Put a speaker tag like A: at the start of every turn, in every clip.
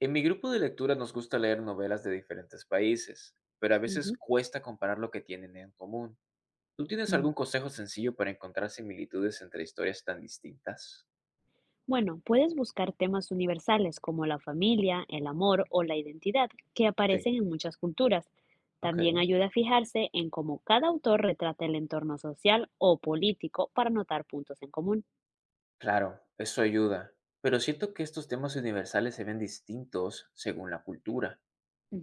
A: En mi grupo de lectura nos gusta leer novelas de diferentes países, pero a veces
B: Ujú,
A: cuesta comparar lo que tienen en común. ¿Tú tienes
B: mm.
A: algún consejo sencillo para encontrar similitudes entre historias tan distintas?
B: Bueno, puedes buscar temas universales como la familia, el amor o la identidad, que
A: Sí,
B: aparecen en muchas culturas.
A: ok,
B: También ayuda a fijarse en cómo cada autor retrata el entorno social o político para notar puntos en común.
A: claro, eso ayuda. Pero siento que estos temas universales se ven distintos según la cultura.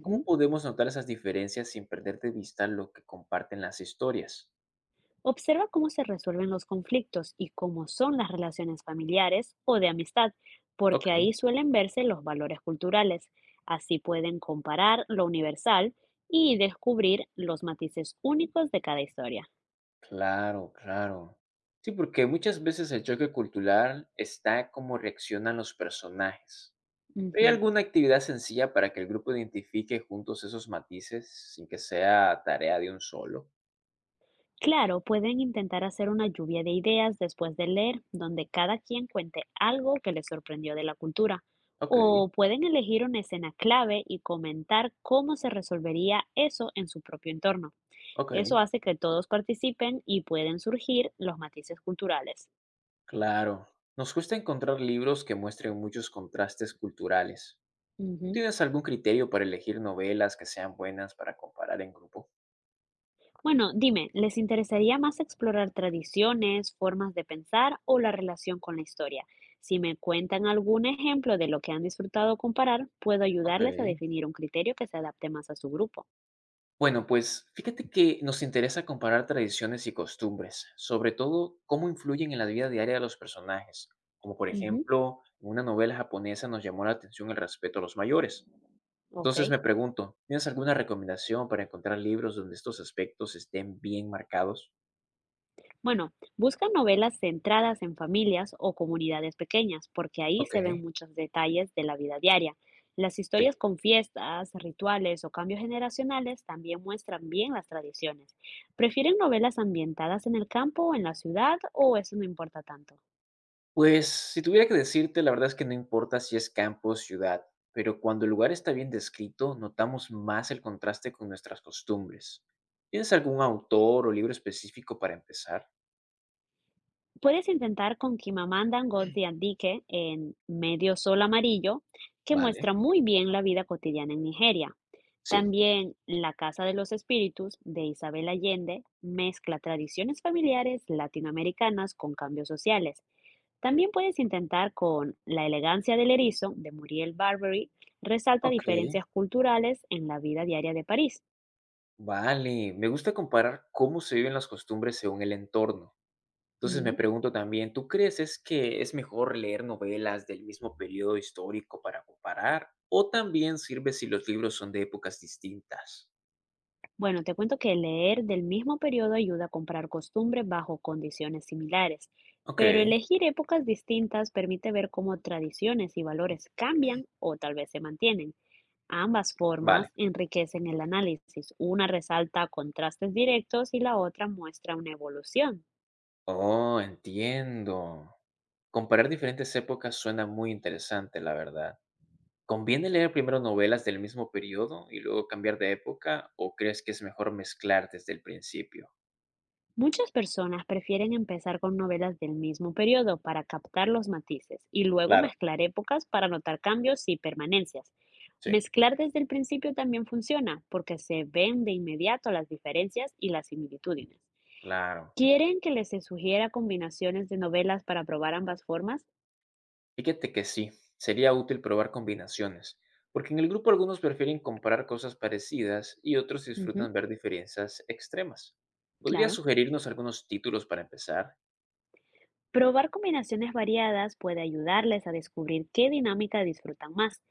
A: ¿Cómo podemos notar esas diferencias sin perder de vista lo que comparten las historias?
B: Observa cómo se resuelven los conflictos y cómo son las relaciones familiares o de amistad,
A: Ok.
B: porque ahí suelen verse los valores culturales. Así pueden comparar lo universal y descubrir los matices únicos de cada historia.
A: Claro, claro. Sí, porque muchas veces el choque cultural está como reaccionan los personajes. ¿Hay
B: Ujú.
A: alguna actividad sencilla para que el grupo identifique juntos esos matices sin que sea tarea de un solo?
B: Claro, pueden intentar hacer una lluvia de ideas después de leer, donde cada quien cuente algo que les sorprendió de la cultura.
A: Ok,
B: O pueden elegir una escena clave y comentar cómo se resolvería eso en su propio entorno.
A: ok,
B: Eso hace que todos participen y pueden surgir los matices culturales.
A: claro. Nos cuesta encontrar libros que muestren muchos contrastes culturales. ¿Tú
B: Ujú.
A: tienes algún criterio para elegir novelas que sean buenas para comparar en grupo?
B: Bueno, dime, ¿les interesaría más explorar tradiciones, formas de pensar o la relación con la historia? Si me cuentan algún ejemplo de lo que han disfrutado comparar, puedo
A: Ok.
B: ayudarles a definir un criterio que se adapte más a su grupo.
A: Bueno, pues fíjate que nos interesa comparar tradiciones y costumbres, sobre todo cómo influyen en la vida diaria de los personajes. Como por
B: Ujú,
A: ejemplo, en una novela japonesa nos llamó la atención el respeto a los mayores.
B: ok.
A: Entonces me pregunto, ¿tienes alguna recomendación para encontrar libros donde estos aspectos estén bien marcados?
B: Bueno, busca novelas centradas en familias o comunidades pequeñas, porque ahí
A: Ok,
B: se ven muchos detalles de la vida diaria. Las
A: sí.
B: historias con fiestas, rituales o cambios generacionales también muestran bien las tradiciones. ¿Prefieren novelas ambientadas en el campo o en la ciudad o eso no importa tanto?
A: Pues, si tuviera que decirte, la verdad es que no importa si es campo o ciudad, pero cuando el lugar está bien descrito, notamos más el contraste con nuestras costumbres. ¿Tienes algún autor o libro específico para empezar?
B: Puedes intentar con Chimamanda Ngozi Adichie en Medio Sol Amarillo, que
A: Vale,
B: muestra muy bien la vida cotidiana en Nigeria.
A: sí.
B: También La Casa de los Espíritus de Isabel Allende mezcla tradiciones familiares latinoamericanas con cambios sociales. También puedes intentar con La elegancia del erizo de Muriel Barbery, resalta
A: Ok,
B: diferencias culturales en la vida diaria de París.
A: vale. Me gusta comparar cómo se viven las costumbres según el entorno. Entonces me
B: Mm.
A: pregunto también, ¿tú crees es que es mejor leer novelas del mismo periodo histórico para comparar? ¿O también sirve si los libros son de épocas distintas?
B: Bueno, te cuento que leer del mismo periodo ayuda a comprar costumbres bajo condiciones similares,
A: Ok,
B: pero elegir épocas distintas permite ver cómo tradiciones y valores cambian o tal vez se mantienen. Ambas
A: vale.
B: formas enriquecen el análisis. Una resalta contrastes directos y la otra muestra una evolución.
A: Oh, entiendo. Comparar diferentes épocas suena muy interesante, la verdad. ¿Conviene leer primero novelas del mismo periodo y luego cambiar de época o crees que es mejor mezclar desde el principio?
B: Muchas personas prefieren empezar con novelas del mismo periodo para captar los matices y luego
A: Claro,
B: mezclar épocas para notar cambios y permanencias.
A: sí.
B: Mezclar desde el principio también funciona porque se ven de inmediato las diferencias y las similitudes.
A: Claro.
B: ¿Quieren que les sugiera combinaciones de novelas para probar ambas formas?
A: Fíjate que sí, sería útil probar combinaciones, porque en el grupo algunos prefieren comparar cosas parecidas y otros
B: Ujú,
A: disfrutan ver diferencias extremas. ¿Podrías
B: claro.
A: sugerirnos algunos títulos para empezar?
B: Probar combinaciones variadas puede ayudarles a descubrir qué dinámica disfrutan más.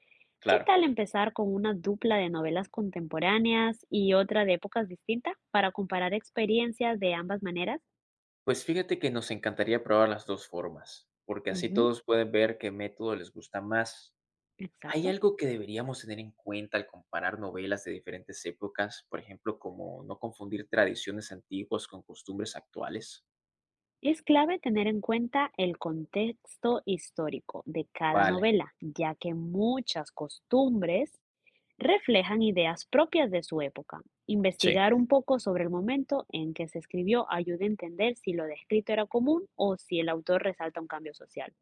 B: ¿Qué
A: Claro.
B: tal empezar con una dupla de novelas contemporáneas y otra de épocas distintas para comparar experiencias de ambas maneras?
A: Pues fíjate que nos encantaría probar las 2 formas, porque así
B: Ujú,
A: todos pueden ver qué método les gusta más. ¿Hay
B: exacto.
A: algo que deberíamos tener en cuenta al comparar novelas de diferentes épocas? Por ejemplo, como no confundir tradiciones antiguas con costumbres actuales.
B: Es clave tener en cuenta el contexto histórico de cada
A: Vale,
B: novela, ya que muchas costumbres reflejan ideas propias de su época.
A: sí.
B: Investigar un poco sobre el momento en que se escribió ayuda a entender si lo descrito era común o si el autor resalta un cambio social.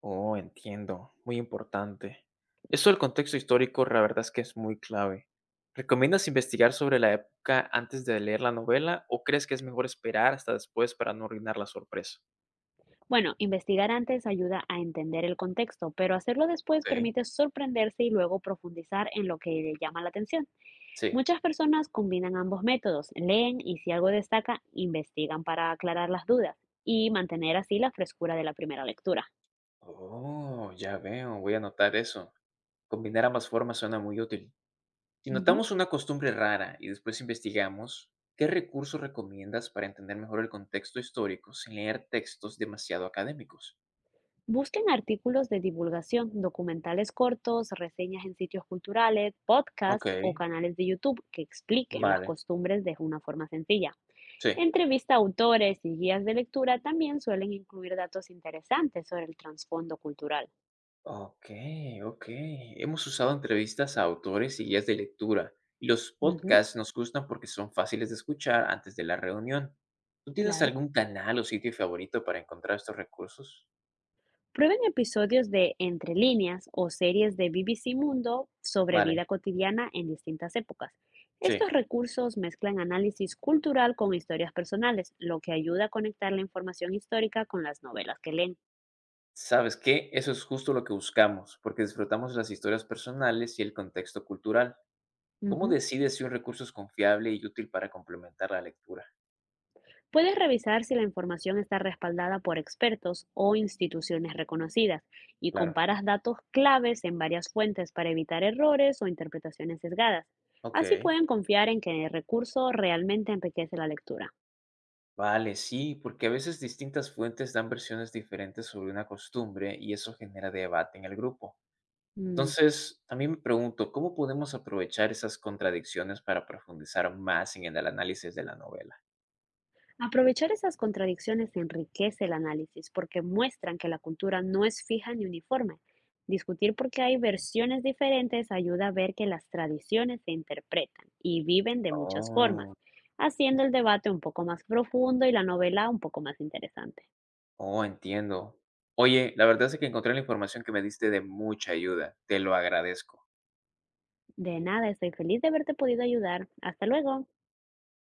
A: Oh, entiendo. Muy importante. Eso del contexto histórico, la verdad es que es muy clave. ¿Recomiendas investigar sobre la época antes de leer la novela o crees que es mejor esperar hasta después para no arruinar la sorpresa?
B: Bueno, investigar antes ayuda a entender el contexto, pero hacerlo después
A: Ok,
B: permite sorprenderse y luego profundizar en lo que le llama la atención.
A: sí.
B: Muchas personas combinan ambos métodos, leen y si algo destaca, investigan para aclarar las dudas y mantener así la frescura de la primera lectura.
A: Oh, ya veo, voy a anotar eso. Combinar ambas formas suena muy útil. Si
B: Ujú.
A: notamos una costumbre rara y después investigamos, ¿qué recursos recomiendas para entender mejor el contexto histórico sin leer textos demasiado académicos?
B: Busquen artículos de divulgación, documentales cortos, reseñas en sitios culturales,
A: Ok,
B: podcasts o canales de YouTube que expliquen las
A: vale,
B: costumbres de una forma sencilla.
A: sí.
B: Entrevista a autores y guías de lectura también suelen incluir datos interesantes sobre el trasfondo cultural.
A: Ok, ok. Hemos usado entrevistas a autores y guías de lectura, y los
B: Ujú,
A: podcasts nos gustan porque son fáciles de escuchar antes de la reunión. ¿Tú tienes
B: claro.
A: algún canal o sitio favorito para encontrar estos recursos?
B: Prueben episodios de Entre líneas o series de BBC Mundo sobre
A: Vale,
B: vida cotidiana en distintas épocas. Estos
A: sí.
B: recursos mezclan análisis cultural con historias personales, lo que ayuda a conectar la información histórica con las novelas que leen.
A: ¿Sabes qué? Eso es justo lo que buscamos, porque disfrutamos las historias personales y el contexto cultural. ¿Cómo
B: Ujú.
A: decides si un recurso es confiable y útil para complementar la lectura?
B: Puedes revisar si la información está respaldada por expertos o instituciones reconocidas y
A: Claro.
B: comparas datos claves en varias fuentes para evitar errores o interpretaciones sesgadas.
A: Ok,
B: Así pueden confiar en que el recurso realmente enriquece la lectura.
A: vale, sí, porque a veces distintas fuentes dan versiones diferentes sobre una costumbre y eso genera debate en el grupo.
B: Mm,
A: Entonces, también me pregunto, ¿cómo podemos aprovechar esas contradicciones para profundizar más en el análisis de la novela?
B: Aprovechar esas contradicciones enriquece el análisis porque muestran que la cultura no es fija ni uniforme. Discutir porque hay versiones diferentes ayuda a ver que las tradiciones se interpretan y viven de muchas formas,
A: Oh.
B: haciendo el debate un poco más profundo y la novela un poco más interesante.
A: Oh, entiendo. Oye, la verdad es que encontré la información que me diste de mucha ayuda. Te lo agradezco.
B: De nada, estoy feliz de haberte podido ayudar. Hasta luego.